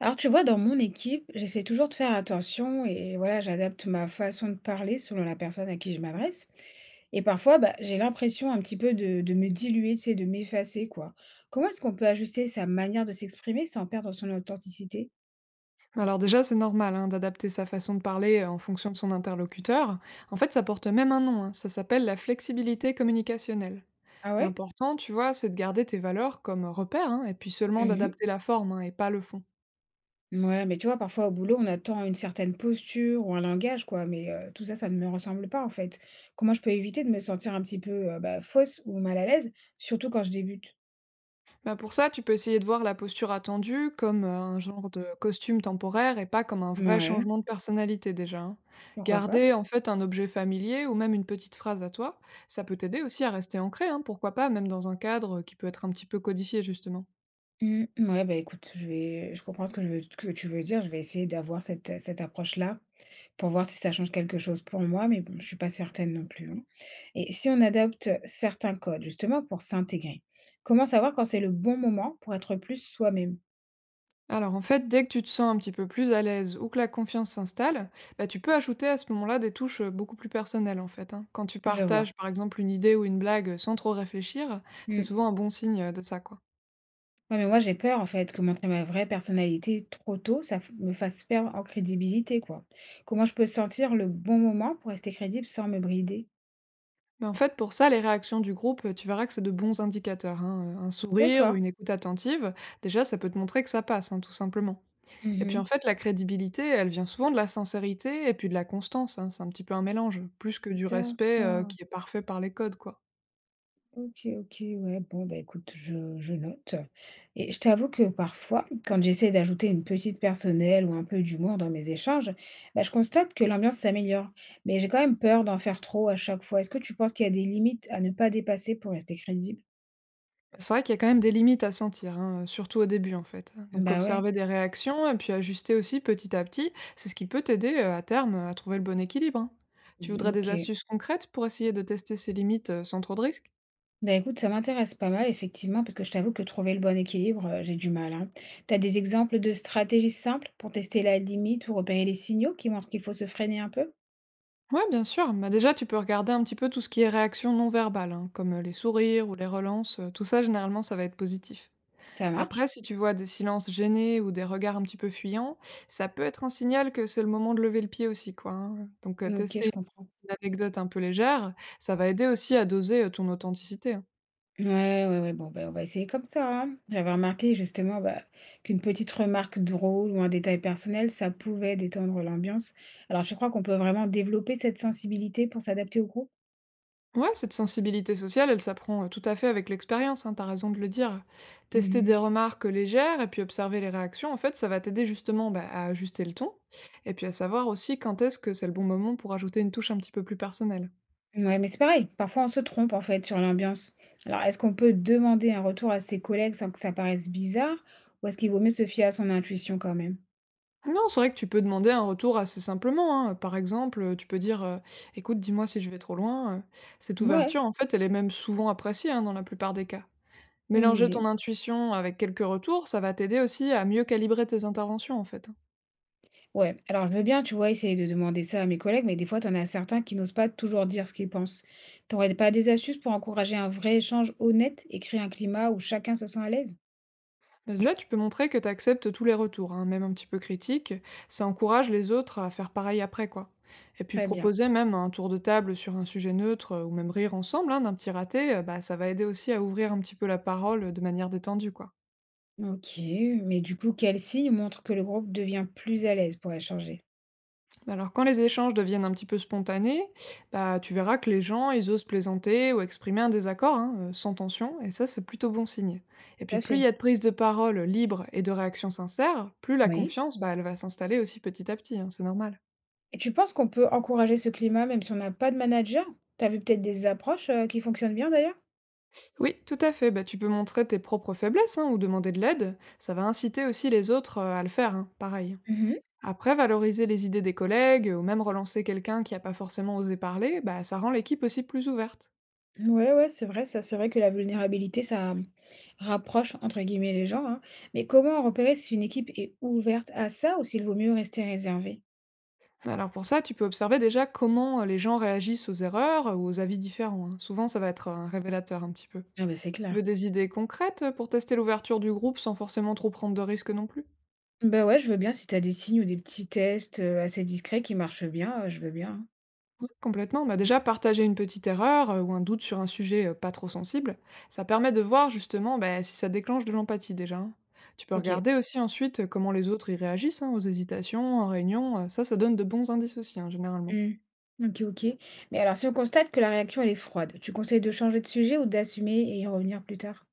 Alors tu vois, dans mon équipe, j'essaie toujours de faire attention et voilà, j'adapte ma façon de parler selon la personne à qui je m'adresse. Et parfois, bah, j'ai l'impression un petit peu de me diluer, tu sais, de m'effacer, quoi. Comment est-ce qu'on peut ajuster sa manière de s'exprimer sans perdre son authenticité? Alors déjà, c'est normal hein, d'adapter sa façon de parler en fonction de son interlocuteur. En fait, ça porte même un nom, hein, ça s'appelle la flexibilité communicationnelle. Ah ouais? L'important, tu vois, c'est de garder tes valeurs comme repères, hein, et puis seulement Mhm. d'adapter la forme hein, et pas le fond. Ouais, mais tu vois, parfois au boulot, on attend une certaine posture ou un langage, quoi, mais tout ça, ça ne me ressemble pas, en fait. Comment je peux éviter de me sentir un petit peu bah, fausse ou mal à l'aise, surtout quand je débute? Bah pour ça, tu peux essayer de voir la posture attendue comme un genre de costume temporaire et pas comme un vrai Ouais. changement de personnalité déjà, hein. Pourquoi pas? Garder en fait un objet familier ou même une petite phrase à toi, ça peut t'aider aussi à rester ancré, hein, pourquoi pas, même dans un cadre qui peut être un petit peu codifié justement. Mmh, mmh, ouais, bah, écoute, je comprends ce que je veux que tu veux dire. Je vais essayer d'avoir cette approche-là pour voir si ça change quelque chose pour moi, mais bon, je suis pas certaine non plus, hein. Et si on adopte certains codes, justement pour s'intégrer, comment savoir quand c'est le bon moment pour être plus soi-même? Alors en fait, dès que tu te sens un petit peu plus à l'aise ou que la confiance s'installe, bah, tu peux ajouter à ce moment-là des touches beaucoup plus personnelles en fait, hein. Quand tu Je vois. partages par exemple une idée ou une blague sans trop réfléchir, c'est Mmh. souvent un bon signe de ça quoi. Ouais, mais moi, j'ai peur, en fait, que montrer ma vraie personnalité trop tôt, ça f me fasse perdre en crédibilité, quoi. Comment je peux sentir le bon moment pour rester crédible sans me brider? Mais en fait, pour ça, les réactions du groupe, tu verras que c'est de bons indicateurs, hein. Un sourire ou D'accord. une écoute attentive, déjà, ça peut te montrer que ça passe, hein, tout simplement. Et puis en Mmh. fait, la crédibilité, elle vient souvent de la sincérité et puis de la constance, hein. C'est un petit peu un mélange, plus que du respect D'accord. qui est parfait par les codes, quoi. OK, OK, ouais, bon, bah, écoute, je note. Et je t'avoue que parfois, quand j'essaie d'ajouter une petite personnelle ou un peu d'humour dans mes échanges, bah, je constate que l'ambiance s'améliore. Mais j'ai quand même peur d'en faire trop à chaque fois. Est-ce que tu penses qu'il y a des limites à ne pas dépasser pour rester crédible? C'est vrai qu'il y a quand même des limites à sentir, hein, surtout au début, en fait. Donc Bah ouais, observer des réactions et puis ajuster aussi petit à petit, c'est ce qui peut t'aider, à terme, à trouver le bon équilibre, hein. Tu mm, voudrais ok. des astuces concrètes pour essayer de tester ces limites, sans trop de risques? Bah écoute, ça m'intéresse pas mal, effectivement, parce que je t'avoue que trouver le bon équilibre, j'ai du mal, hein. T'as des exemples de stratégies simples pour tester la limite ou repérer les signaux qui montrent qu'il faut se freiner un peu? Ouais, bien sûr. Bah, déjà, tu peux regarder un petit peu tout ce qui est réaction non verbale, hein, comme, les sourires ou les relances, tout ça, généralement, ça va être positif. Ça Après, marche? si tu vois des silences gênés ou des regards un petit peu fuyants, ça peut être un signal que c'est le moment de lever le pied aussi, quoi, hein. Donc, Ok, tester je comprends. une anecdote un peu légère, ça va aider aussi à doser, ton authenticité, hein. Ouais, ouais, ouais, bon, ben, on va essayer comme ça, hein. J'avais remarqué justement bah, qu'une petite remarque drôle ou un détail personnel, ça pouvait détendre l'ambiance. Alors, je crois qu'on peut vraiment développer cette sensibilité pour s'adapter au groupe. Ouais, cette sensibilité sociale, elle s'apprend, tout à fait avec l'expérience, hein, tu raison de le dire. Tester des Mhm. remarques légères et puis observer les réactions, en fait, ça va t'aider justement, bah, à ajuster le ton et puis à savoir aussi quand est-ce que c'est le bon moment pour ajouter une touche un petit peu plus personnelle. Ouais, mais c'est pareil, parfois on se trompe en fait sur l'ambiance. Alors, est-ce qu'on peut demander un retour à ses collègues sans que ça paraisse bizarre, ou est-ce qu'il vaut mieux se fier à son intuition quand même? Non, c'est vrai que tu peux demander un retour assez simplement, hein. Par exemple, tu peux dire, «Écoute, dis-moi si je vais trop loin», Cette Ouais, ouverture, en fait, elle est même souvent appréciée, hein, dans la plupart des cas. bonne Mélanger ton idée. intuition avec quelques retours, ça va t'aider aussi à mieux calibrer tes interventions en fait. Ouais, alors je veux bien, tu vois, essayer de demander ça à mes collègues, mais des fois, t'en as certains qui n'osent pas toujours dire ce qu'ils pensent. T'aurais pas des astuces pour encourager un vrai échange honnête et créer un climat où chacun se sent à l'aise? Là, tu peux montrer que tu acceptes tous les retours, hein, même un petit peu critiques. Ça encourage les autres à faire pareil après, quoi. Et puis Très bien. proposer même un tour de table sur un sujet neutre ou même rire ensemble hein, d'un petit raté, bah, ça va aider aussi à ouvrir un petit peu la parole de manière détendue, quoi. Ok, mais du coup, quel signe montre que le groupe devient plus à l'aise pour échanger? Alors quand les échanges deviennent un petit peu spontanés, bah, tu verras que les gens, ils osent plaisanter ou exprimer un désaccord, hein, sans tension, et ça c'est plutôt bon signe. Et Tout puis à plus il y fait. a de prise de parole libre et de réactions sincères, plus la Oui. confiance, bah, elle va s'installer aussi petit à petit, hein, c'est normal. Et tu penses qu'on peut encourager ce climat même si on n'a pas de manager? T'as vu peut-être des approches qui fonctionnent bien d'ailleurs? Oui, tout à fait, bah, tu peux montrer tes propres faiblesses hein, ou demander de l'aide, ça va inciter aussi les autres à le faire, hein, pareil. Mhm. Après, valoriser les idées des collègues ou même relancer quelqu'un qui n'a pas forcément osé parler, bah, ça rend l'équipe aussi plus ouverte. Ouais, ouais, c'est vrai, ça, c'est vrai que la vulnérabilité, ça mmh, «rapproche» entre guillemets les gens, hein. Mais comment repérer si une équipe est ouverte à ça ou s'il vaut mieux rester réservé? Alors pour ça, tu peux observer déjà comment les gens réagissent aux erreurs ou aux avis différents, hein. Souvent, ça va être un révélateur un petit peu. Ah bah, c'est Tu clair. veux des idées concrètes pour tester l'ouverture du groupe sans forcément trop prendre de risques non plus. Bah, ouais, je veux bien si t'as des signes ou des petits tests, assez discrets qui marchent bien, je veux bien, hein. Ouais, complètement. Bah déjà, partager une petite erreur ou un doute sur un sujet pas trop sensible, ça permet de voir justement bah, si ça déclenche de l'empathie déjà, hein. Tu peux OK. regarder aussi ensuite comment les autres y réagissent hein, aux hésitations, en réunion. Ça, ça donne de bons indices aussi, hein, généralement. Mmh. OK, OK. Mais alors si on constate que la réaction elle est froide, tu conseilles de changer de sujet ou d'assumer et y revenir plus tard?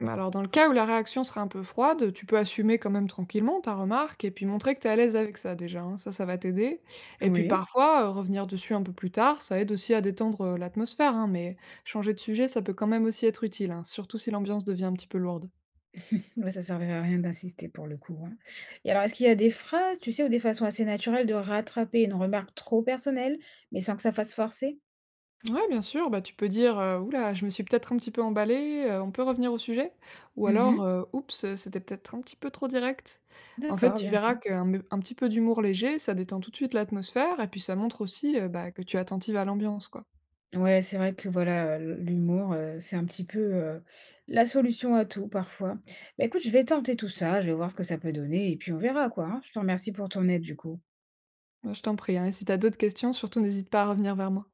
Bah alors dans le cas où la réaction sera un peu froide, tu peux assumer quand même tranquillement ta remarque et puis montrer que tu es à l'aise avec ça déjà, hein. Ça va t'aider. Et puis Oui. parfois, revenir dessus un peu plus tard, ça aide aussi à détendre, l'atmosphère, hein, mais changer de sujet, ça peut quand même aussi être utile, hein, surtout si l'ambiance devient un petit peu lourde. Ouais, ça servait à rien d'insister pour le coup, hein. Et alors, est-ce qu'il y a des phrases, tu sais, ou des façons assez naturelles de rattraper une remarque trop personnelle, mais sans que ça fasse forcer? Ouais, bien sûr, bah, tu peux dire, «Ouh je me suis peut-être un petit peu emballée, on peut revenir au sujet?» ou alors, Mmh. «Oups, c'était peut-être un petit peu trop direct». En fait, D'accord, tu bien verras vu. qu'un un petit peu d'humour léger, ça détend tout de suite l'atmosphère et puis ça montre aussi, bah, que tu es attentive à l'ambiance, quoi. Ouais, c'est vrai que voilà, l'humour, c'est un petit peu, la solution à tout parfois. Bah, écoute, je vais tenter tout ça, je vais voir ce que ça peut donner et puis on verra quoi, hein. Je te remercie pour ton aide du coup. Bah, je t'en prie, hein, et si t'as d'autres questions, surtout n'hésite pas à revenir vers moi.